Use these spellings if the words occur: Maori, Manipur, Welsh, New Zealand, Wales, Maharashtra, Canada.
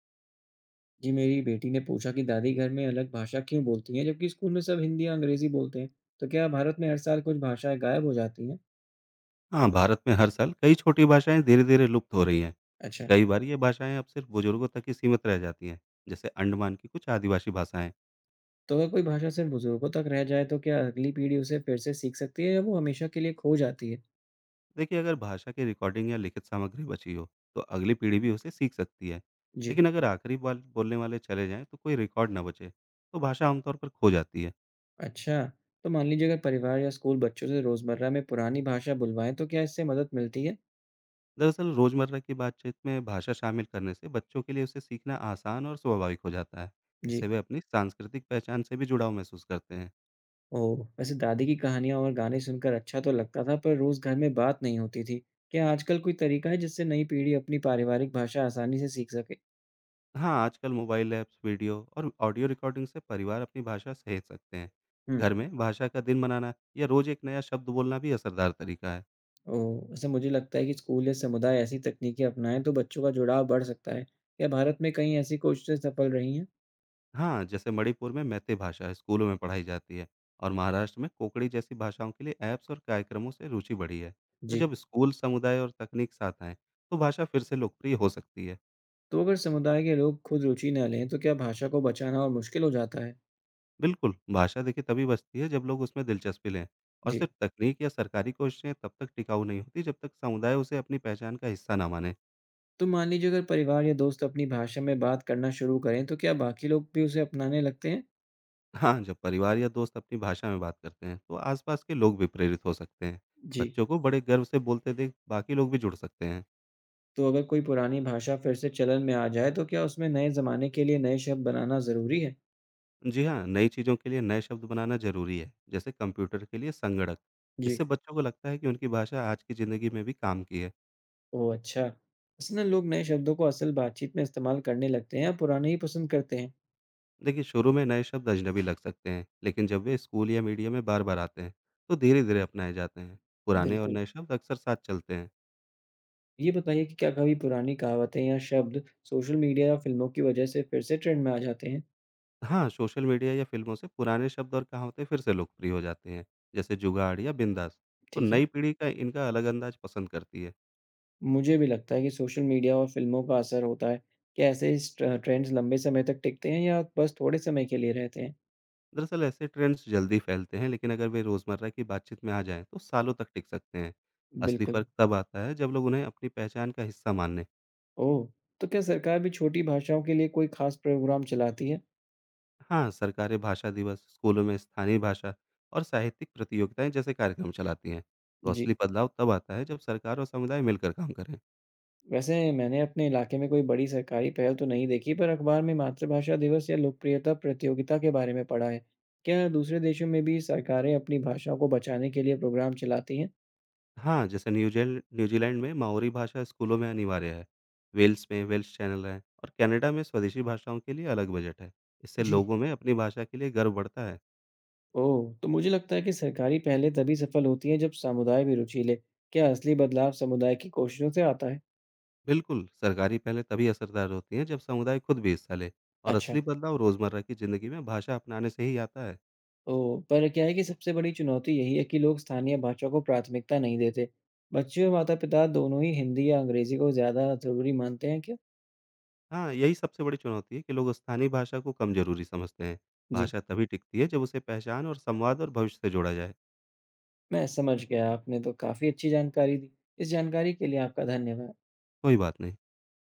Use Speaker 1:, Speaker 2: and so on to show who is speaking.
Speaker 1: जी, मेरी बेटी ने पूछा कि दादी घर में अलग भाषा क्यों बोलती हैं, जबकि स्कूल में सब हिंदी या अंग्रेजी बोलते हैं। तो क्या भारत में हर साल कुछ भाषाएं गायब हो जाती हैं?
Speaker 2: हाँ, भारत में हर साल कई छोटी भाषाएं धीरे-धीरे लुप्त हो रही हैं।
Speaker 1: अच्छा,
Speaker 2: कई बार ये भाषाएं अब सिर्फ बुजुर्गों तक ही सीमित रह जाती हैं, जैसे अंडमान की कुछ आदिवासी भाषाएं।
Speaker 1: तो अगर कोई भाषा सिर्फ बुजुर्गों तक रह जाए, तो क्या अगली पीढ़ी उसे फिर से सीख सकती है या वो हमेशा के लिए खो जाती है?
Speaker 2: देखिए, अगर भाषा की रिकॉर्डिंग या लिखित सामग्री बची हो, तो अगली पीढ़ी भी उसे सीख सकती है।
Speaker 1: जी,
Speaker 2: लेकिन अगर आखिरी बार बोलने वाले चले जाएं, तो कोई रिकॉर्ड ना बचे, तो भाषा आमतौर पर खो जाती है।
Speaker 1: अच्छा, तो मान लीजिए अगर परिवार या स्कूल बच्चों से रोजमर्रा में पुरानी भाषा बुलवाएं, तो क्या इससे मदद मिलती है?
Speaker 2: दरअसल, रोजमर्रा की बातचीत में भाषा शामिल करने से बच्चों के लिए उसे सीखना आसान और स्वाभाविक हो जाता है।
Speaker 1: जी,
Speaker 2: इससे वे अपनी सांस्कृतिक पहचान से भी जुड़ाव महसूस करते हैं।
Speaker 1: ओह, वैसे दादी की कहानियां और गाने सुनकर अच्छा तो लगता था, पर रोज घर में बात नहीं होती थी। क्या आजकल कोई तरीका है जिससे नई पीढ़ी अपनी पारिवारिक भाषा आसानी से सीख सके?
Speaker 2: हाँ, आजकल मोबाइल ऐप्स, वीडियो और ऑडियो रिकॉर्डिंग से परिवार अपनी भाषा सहेज सकते हैं।
Speaker 1: हुँ।
Speaker 2: घर में भाषा का दिन मनाना या रोज़ एक नया शब्द बोलना भी असरदार तरीका है।
Speaker 1: ओह! वैसे मुझे लगता है कि स्कूल या समुदाय ऐसी तकनीकें अपनाएँ तो बच्चों का जुड़ाव बढ़ सकता है। क्या भारत में कहीं ऐसी कोशिशें सफल रही हैं?
Speaker 2: हाँ, जैसे मणिपुर में मैते भाषा स्कूलों में पढ़ाई जाती है और महाराष्ट्र में कोंकणी जैसी भाषाओं के लिए ऐप्स और कार्यक्रमों से रुचि बढ़ी है। तो
Speaker 1: जी।
Speaker 2: जब स्कूल, समुदाय और तकनीक साथ आएँ, तो भाषा फिर से लोकप्रिय हो सकती है।
Speaker 1: तो अगर समुदाय के लोग खुद रुचि न लें तो क्या भाषा को बचाना और मुश्किल हो जाता है?
Speaker 2: बिल्कुल, भाषा देखिए तभी बचती है जब लोग उसमें दिलचस्पी लें और
Speaker 1: जी।
Speaker 2: सिर्फ तकनीक या सरकारी कोशिशें तब तक टिकाऊ नहीं होती, जब तक समुदाय उसे अपनी पहचान का हिस्सा ना माने।
Speaker 1: तो मान लीजिए अगर परिवार या दोस्त अपनी भाषा में बात करना शुरू करें तो क्या बाकी लोग भी उसे अपनाने लगते हैं?
Speaker 2: हाँ, जब परिवार या दोस्त अपनी भाषा में बात करते हैं, तो आसपास के लोग भी प्रेरित हो सकते हैं।
Speaker 1: जी।
Speaker 2: बच्चों को बड़े गर्व से बोलते देख बाकी लोग भी जुड़ सकते हैं।
Speaker 1: तो अगर कोई पुरानी भाषा फिर से चलन में आ जाए तो क्या उसमें नए ज़माने के लिए नए शब्द बनाना ज़रूरी है?
Speaker 2: जी हाँ, नई चीज़ों के लिए नए शब्द बनाना ज़रूरी है, जैसे कंप्यूटर के लिए संगणक।
Speaker 1: जी।
Speaker 2: इससे बच्चों को लगता है कि उनकी भाषा आज की ज़िंदगी में भी काम की है।
Speaker 1: ओह अच्छा! असल में लोग नए शब्दों को असल बातचीत में इस्तेमाल करने लगते हैं या पुराने ही पसंद करते हैं।
Speaker 2: देखिए, शुरू में नए शब्द अजनबी लग सकते हैं, लेकिन जब वे स्कूल या मीडिया में बार-बार आते हैं, तो धीरे-धीरे अपनाए जाते हैं। पुराने और
Speaker 1: बिल्कुल।
Speaker 2: नए शब्द अक्सर साथ चलते हैं।
Speaker 1: ये बताइए कि क्या कभी पुरानी कहावतें या शब्द सोशल मीडिया या फ़िल्मों की वजह से फिर से ट्रेंड में आ जाते हैं?
Speaker 2: हाँ, सोशल मीडिया या फ़िल्मों से पुराने शब्द और कहावतें फिर से लोकप्रिय हो जाती हैं, जैसे जुगाड़ या बिंदास। तो
Speaker 1: ठीक है।
Speaker 2: नई पीढ़ी का इनका अलग अंदाज पसंद करती है।
Speaker 1: मुझे भी लगता है कि सोशल मीडिया और फ़िल्मों का असर होता है। क्या ऐसे इस ट्र ट्रेंड्स लंबे समय तक टिकते हैं या बस थोड़े समय के लिए रहते हैं?
Speaker 2: दरअसल ऐसे ट्रेंड्स जल्दी फैलते हैं, लेकिन अगर वे रोज़मर्रा की बातचीत में आ जाएँ, तो सालों तक टिक सकते हैं। असली
Speaker 1: बिल्कुल।
Speaker 2: फ़र्क तब आता है, जब लोग उन्हें अपनी पहचान का हिस्सा मान लें।
Speaker 1: ओह! तो क्या सरकार भी छोटी भाषाओं के लिए कोई ख़ास प्रोग्राम चलाती है?
Speaker 2: हाँ, सरकारें भाषा दिवस, स्कूलों में स्थानीय भाषा और साहित्यिक प्रतियोगिताएँ जैसे कार्यक्रम चलाती हैं। तो
Speaker 1: जी।
Speaker 2: असली बदलाव तब आता है, जब सरकार और समुदाय मिलकर काम करें।
Speaker 1: वैसे मैंने अपने इलाके में कोई बड़ी सरकारी पहल तो नहीं देखी पर अखबार में मातृभाषा दिवस या लोकप्रियता प्रतियोगिता के बारे में पढ़ा है। क्या दूसरे देशों में भी सरकारें अपनी भाषा को बचाने के लिए प्रोग्राम चलाती हैं?
Speaker 2: हाँ, जैसे न्यूज़ीलैंड में माओरी भाषा स्कूलों में अनिवार्य है। वेल्स में वेल्श चैनल है और कनाडा में स्वदेशी भाषाओं के लिए अलग बजट है। इससे
Speaker 1: जी।
Speaker 2: लोगों में अपनी भाषा के लिए गर्व बढ़ता है।
Speaker 1: ओह, तो मुझे लगता है कि सरकारी पहलें तभी सफल होती हैं जब समुदाय भी रुचि ले। क्या असली बदलाव समुदाय की कोशिशों से आता है?
Speaker 2: बिल्कुल, सरकारी पहले तभी असरदार होती हैं जब समुदाय खुद भी हिस्सा ले और
Speaker 1: अच्छा।
Speaker 2: असली बदलाव रोज़मर्रा की ज़िंदगी में भाषा अपनाने से ही आता है।
Speaker 1: ओह, पर क्या है कि सबसे बड़ी चुनौती यही है कि लोग स्थानीय भाषा को प्राथमिकता नहीं देते। बच्चे और माता-पिता दोनों ही हिंदी या अंग्रेजी को ज़्यादा जरूरी मानते हैं क्या?
Speaker 2: हाँ, यही सबसे बड़ी चुनौती है कि लोग स्थानीय भाषा को कम ज़रूरी समझते हैं।
Speaker 1: जी।
Speaker 2: भाषा तभी टिकती है जब उसे पहचान और संवाद और भविष्य से जोड़ा जाए।
Speaker 1: मैं समझ गया, आपने तो काफ़ी अच्छी जानकारी दी। इस जानकारी के लिए आपका धन्यवाद।
Speaker 2: कोई बात नहीं।